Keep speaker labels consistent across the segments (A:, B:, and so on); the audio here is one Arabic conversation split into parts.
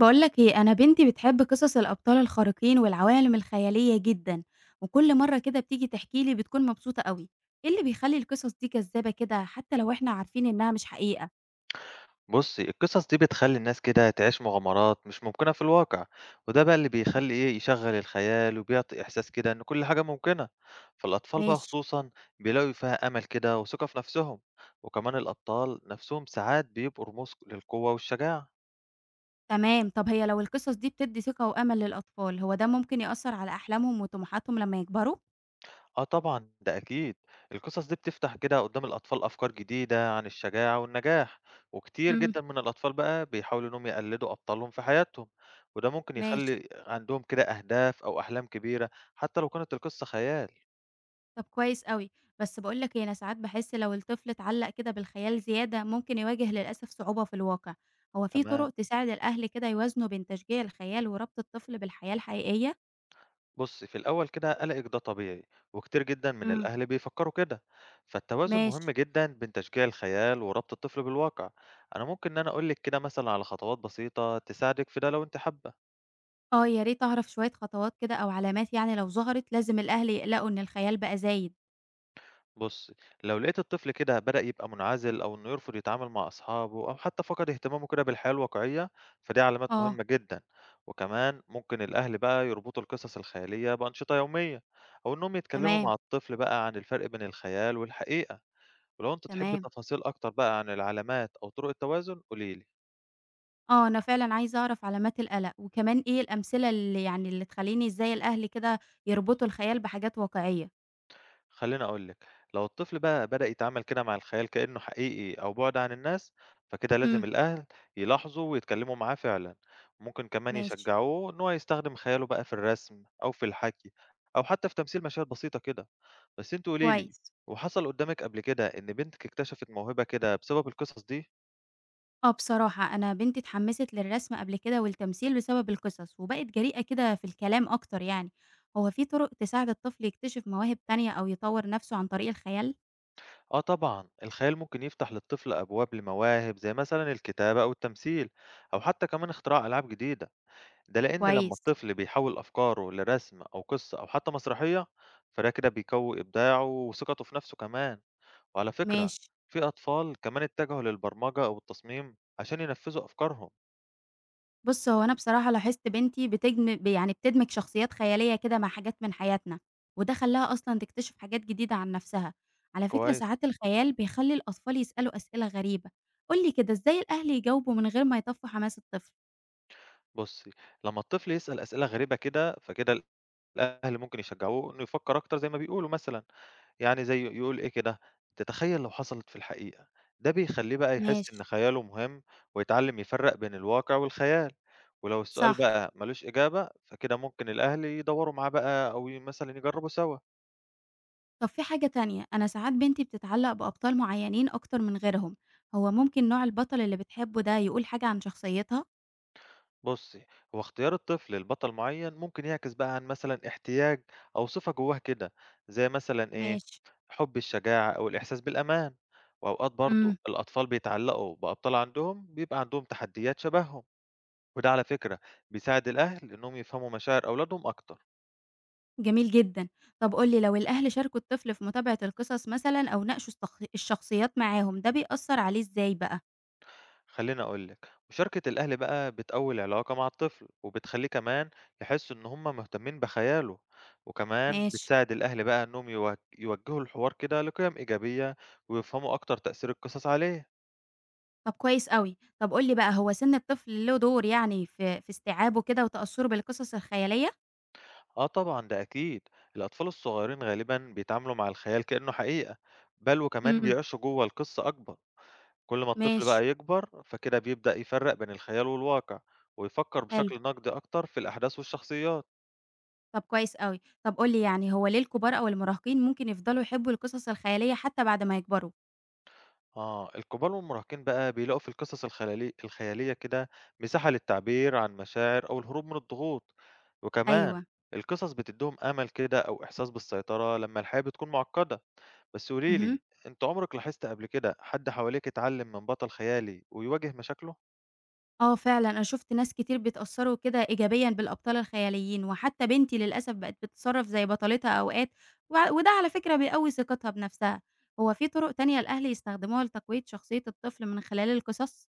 A: بقولك ايه، انا بنتي بتحب قصص الابطال الخارقين والعوالم الخياليه جدا، وكل مره كده بتيجي تحكي لي بتكون مبسوطه قوي. ايه اللي بيخلي القصص دي جذابه كده حتى لو احنا عارفين انها مش حقيقه؟
B: بُصّي، القصص دي بتخلّي الناس كده تعيش مغامرات مش ممكنة في الواقع، وده بقى اللي بيخلّي إيه، يشغّل الخيال وبيعطي إحساس كده إن كل حاجة ممكنة، فالأطفال بقى
A: ماشي.
B: خصوصًا بيلاقوا فيها أمل كده وثقة في نَفْسهم، وكمان الأبطال نَفْسهم ساعات بيبقوا رموز للقوة والشجاعة.
A: تمام، طب هي لو القصص دي بتدي ثقه وامل للاطفال، هو ده ممكن ياثر على احلامهم وطموحاتهم لما يكبروا؟
B: آه طبعًا، ده أكيد. القصص دي بتفتح كده قدّام الأطفال أفكار جديدة عن الشجاعة والنجاح، وكتير
A: امم.
B: جدًا من الأطفال بقى بيحاولوا إنّهم يقلدوا أبطالهم في حياتهم، وده ممكن
A: ماشي.
B: يخلّي عندهم كده أهداف أو أحلام كبيرة حتى لو كانت القصة خيال.
A: طب كويس أوي، بس باقول لك إيه، أنا ساعات باحس لو الطفل اتعلّق كده بالخيال زيادة ممكن يواجه للأسف صعوبة في الواقع، هو في
B: تمام،
A: طرق تساعد الأهل كده يوازنوا بين تشجيع الخيال وربط الطفل بالحياة الحقيقية؟
B: بُص في الأول كده قلقِك ده طبيعي، وكتير جدًا من
A: امم.
B: الأهل بيفكّروا كده، فالتوازن
A: ماشي.
B: مهم جدًا بين تشجيع الخيال وربط الطفل بالواقع. أنا ممكن إن أنا أقول لِك كده مثلًا على خطوات بسيطة تساعدِك في ده لو أنتِ حابة.
A: آه يا ريت أعرف شوية خطوات كده أو علامات، يعني لو ظهرت لازم الأهل يقلقوا إن الخيال بقى زايد.
B: بُصّي، لو لقيت الطفل كده بدأ يبقى منعزل أو إنه يرفض يتعامل مع أصحابه أو حتى فقد اهتمامه كده بالحياة الواقعية، فدي علامات
A: اه.
B: مهمة جدًا، وكمان ممكن الأهل بقى يربطوا القصص الخيالية بأنشطة يومية أو إنهم يتكلموا مع
A: تمام.
B: الطفل بقى عن الفرق بين الخيال والحقيقة، ولو أنتِ تحبي
A: تمام،
B: تفاصيل أكتر بقى عن العلامات أو طرق التوازن قولي لي.
A: آه أنا فعلًا عايزة أعرف علامات القلق، وكمان إيه الأمثلة اللي يعني اللي تخلّيني إزاي الأهل كده يربطوا الخيال بحاجات واقعية؟
B: خلّيني أقول لِك، لو الطفل بقى بدأ يتعامل كده مع الخيال كإنه حقيقي أو بُعد عن الناس، فكده لازم
A: امم.
B: الأهل يلاحظوا ويتكلموا معاه فعلًا، ممكن كمان
A: ماشي.
B: يشجعوه إن هو يستخدم خياله بقى في الرسم أو في الحكي أو حتى في تمثيل مشاهد بسيطة كده، بس أنتِ قولي لي،
A: كويس.
B: وحصل قدّامِك قبل كده إن بنتِك اكتشفت موهبة كده بسبب القصص دي؟
A: آه بصراحة أنا بنتي اتحمست للرسم قبل كده والتمثيل بسبب القصص وبقت جريئة كده في الكلام أكتر، يعني هو في طرق تساعد الطفل يكتشف مواهب تانية أو يطور نفسه عن طريق الخيال؟
B: آه طبعًا، الخيال ممكن يفتح للطفل أبواب لمواهب زي مثلًا الكتابة أو التمثيل أو حتى كمان اختراع ألعاب جديدة. ده لأن لما
A: كويس.
B: الطفل بيحول أفكاره لرسم أو قصة أو حتى مسرحية فده كده بيقوي إبداعه وثقته في نفسه كمان. وعلى فكرة
A: ماشي.
B: في أطفال كمان اتجهوا للبرمجة أو التصميم عشان ينفذوا أفكارهم.
A: بص هو أنا بصراحة لاحظت بنتي بتجم، يعني بتدمج شخصيات خيالية كده مع حاجات من حياتنا، وده خلاها أصلا تكتشف حاجات جديدة عن نفسها. على فكرة
B: كويس،
A: ساعات الخيال بيخلي الأطفال يسألوا أسئلة غريبة، قولي كده إزاي الأهل يجاوبوا من غير ما يطفوا حماس الطفل؟
B: بصي لما الطفل يسأل أسئلة غريبة كده فكده الأهل ممكن يشجعوه إنه يفكر أكتر زي ما بيقولوا مثلا، يعني زي يقول إيه كده، تتخيّل لو حصلت في الحقيقة، ده بيخلّيه بقى يحس
A: ماشي.
B: إن خياله مهم، ويتعلّم يفرّق بين الواقع والخيال، ولو السؤال
A: صح.
B: بقى مالوش إجابة، فكده ممكن الأهل يدوّروا معاه بقى أو مثلًا يجرّبوا سوا.
A: طب في حاجة تانية، أنا ساعات بنتي بتتعلق بأبطال معينين أكتر من غيرهم، هو ممكن نوع البطل اللي بتحبه ده يقول حاجة عن شخصيتها؟
B: بُصّي، هو اختيار الطفل لبطل معيّن ممكن يعكس بقى عن مثلًا احتياج أو صفة جوّاه كده، زي مثلًا إيه،
A: ماشي.
B: حُب الشجاعة أو الإحساس بالأمان، وأوقات برضه
A: امم.
B: الأطفال بيتعلّقوا بأبطال عندهم بيبقى عندهم تحديات شبههم. وده على فكرة بيساعد الأهل إنهم يفهموا مشاعر أولادهم أكتر.
A: جميل جدا، طب قولي لو الأهل شاركوا الطفل في متابعة القصص مثلا أو ناقشوا الشخصيات معاهم، ده بيأثر عليه إزاي بقى؟
B: خليني أقولك مشاركة الأهل بقى بتقوي العلاقة مع الطفل وبتخليه كمان يحس إن هم مهتمين بخياله، وكمان
A: ماشي.
B: بتساعد الأهل بقى إنهم يوجهوا الحوار كده لقيم إيجابية ويفهموا أكتر تأثير القصص عليه.
A: طب كويس قوي، طب قولي بقى، هو سن الطفل له دور يعني في استيعابه كده وتأثره بالقصص الخيالية؟
B: آه طبعا ده أكيد، الأطفال الصغيرين غالبا بيتعاملوا مع الخيال كأنه حقيقة بل وكمان
A: امم.
B: بيعيشوا جوه القصة أكبر. كل ما الطفل
A: ماشي.
B: بقى يكبر فكده بيبدأ يفرق بين الخيال والواقع ويفكر
A: حلو.
B: بشكل نقدي أكتر في الأحداث والشخصيات.
A: طب كويس أوي. طب قُل لي يعني، هو ليه الكبار أو المراهقين ممكن يفضلوا يحبوا القصص الخيالية حتى بعد ما يكبروا؟
B: آه الكبار والمراهقين بقى بيلاقوا في القصص الخيالية كده مساحة للتعبير عن مشاعر أو الهروب من الضغوط، وكمان
A: أيوه.
B: القصص بتديهم أمل كده أو إحساس بالسيطرة لما الحياة بتكون معقدة. بس
A: اهم.
B: قوليلي، أنت عمرك لاحظت قبل كده حد حواليك اتعلم من بطل خيالي ويواجه مشاكله؟
A: آه فعلًا، أنا شُفت ناس كتير بيتأثّروا كده إيجابيًا بالأبطال الخياليين، وحتى بنتي للأسف بقت بتتصرّف زي بطلتها أوقات، وده على فكرة بيقوّي ثقتها بنفسها. هو في طرق تانية الأهل يستخدموها لتقوية شخصية الطفل من خلال القصص؟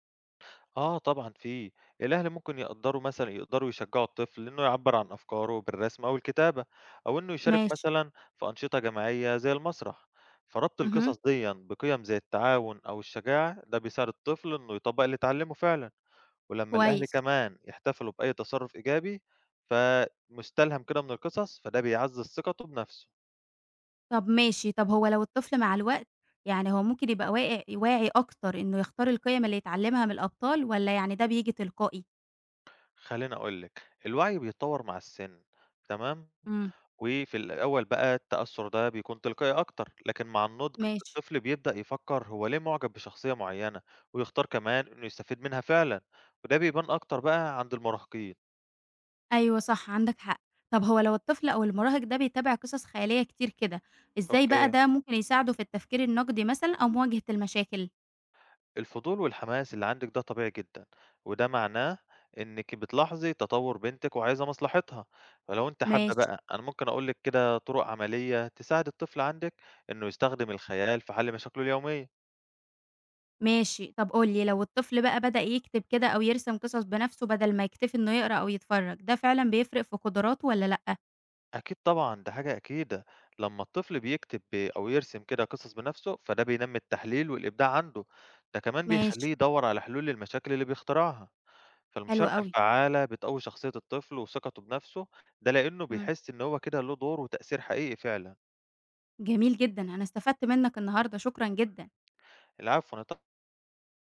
B: آه طبعًا في، الأهل ممكن يقدّروا مثلًا يقدروا يشجّعوا الطفل إنه يعبّر عن أفكاره بالرسم أو الكتابة، أو إنه يشارك
A: ماشي.
B: مثلًا في أنشطة جماعية زي المسرح، فربط
A: اهم.
B: القصص ديًا بقيم زي التعاون أو الشجاعة ده بيساعد الطفل إنه يطبّق اللي اتعلّمه فعلًا، ولمّا الأهل
A: كويس.
B: كمان يحتفلوا بأي تصرُّف إيجابي فمُستلهم كده من القصص، فده بيعزّز ثقته بنَفْسه.
A: طب ماشي، طب هو لو الطفل مع الوقت، يعني هو ممكن يبقى واقع واعي أكتر إنه يختار القيم اللي يتعلمها من الأبطال، والّا يعني ده بييجي تلقائي؟
B: خلّيني أقول لِك، الوعي بيتطوّر مع السِن، تمام،
A: إمم.
B: وفي الأول بقى التأثّر ده بيكون تلقائي أكتر، لكن مع النضج
A: ماشي.
B: الطفل بيبدأ يفكّر هو ليه معجب بشخصية معيّنة، ويختار كمان إنه يستفيد منها فعلًا، وده بيبان أكتر بقى عند المراهقين.
A: أيوه صح عندك حق. طب هو لو الطفل أو المراهق ده بيتابع قصص خيالية كتير كده، إزاي بقى
B: أوكي.
A: ده ممكن يساعده في التفكير النقدي مثلًا أو مواجهة المشاكل؟
B: الفضول والحماس اللي عندِك ده طبيعي جدًا، وده معناه إنِّك بتلاحظي تطوّر بنتِك وعايزة مصلحتها، فلو أنتِ حابة
A: ماشي.
B: بقى أنا ممكن أقول لِك كده طُرق عملية تساعد الطفل عندِك إنه يستخدم الخيال في حل مشاكله اليومية.
A: ماشي. طب قُل لي لو الطفل بقى بدأ يكتب كده أو يرسم قصص بنفسه بدل ما يكتفي إنه يقرا أو يتفرج، ده فعلًا بيفرق في قدراته والّا لأ؟
B: أكيد طبعًا، ده حاجة أكيدة. لمّا الطفل بيكتب أو يرسم كده قصص بنفسه، فده بينمّي التحليل والإبداع عنده، ده كمان
A: ماشي.
B: بيخلّيه يدوّر على حلول للمشاكل اللي بيخترعها.
A: حلو
B: فالمشاركة
A: أوي.
B: الفعّالة بتقوي شخصية الطفل وثقته بنفسه، ده لإنه
A: إمم.
B: بيحس إن هو كده له دور وتأثير حقيقي فعلًا.
A: جميل جدًا، أنا استفدت منّك النهارده، شكرًا جدًا.
B: العفو، أنا ط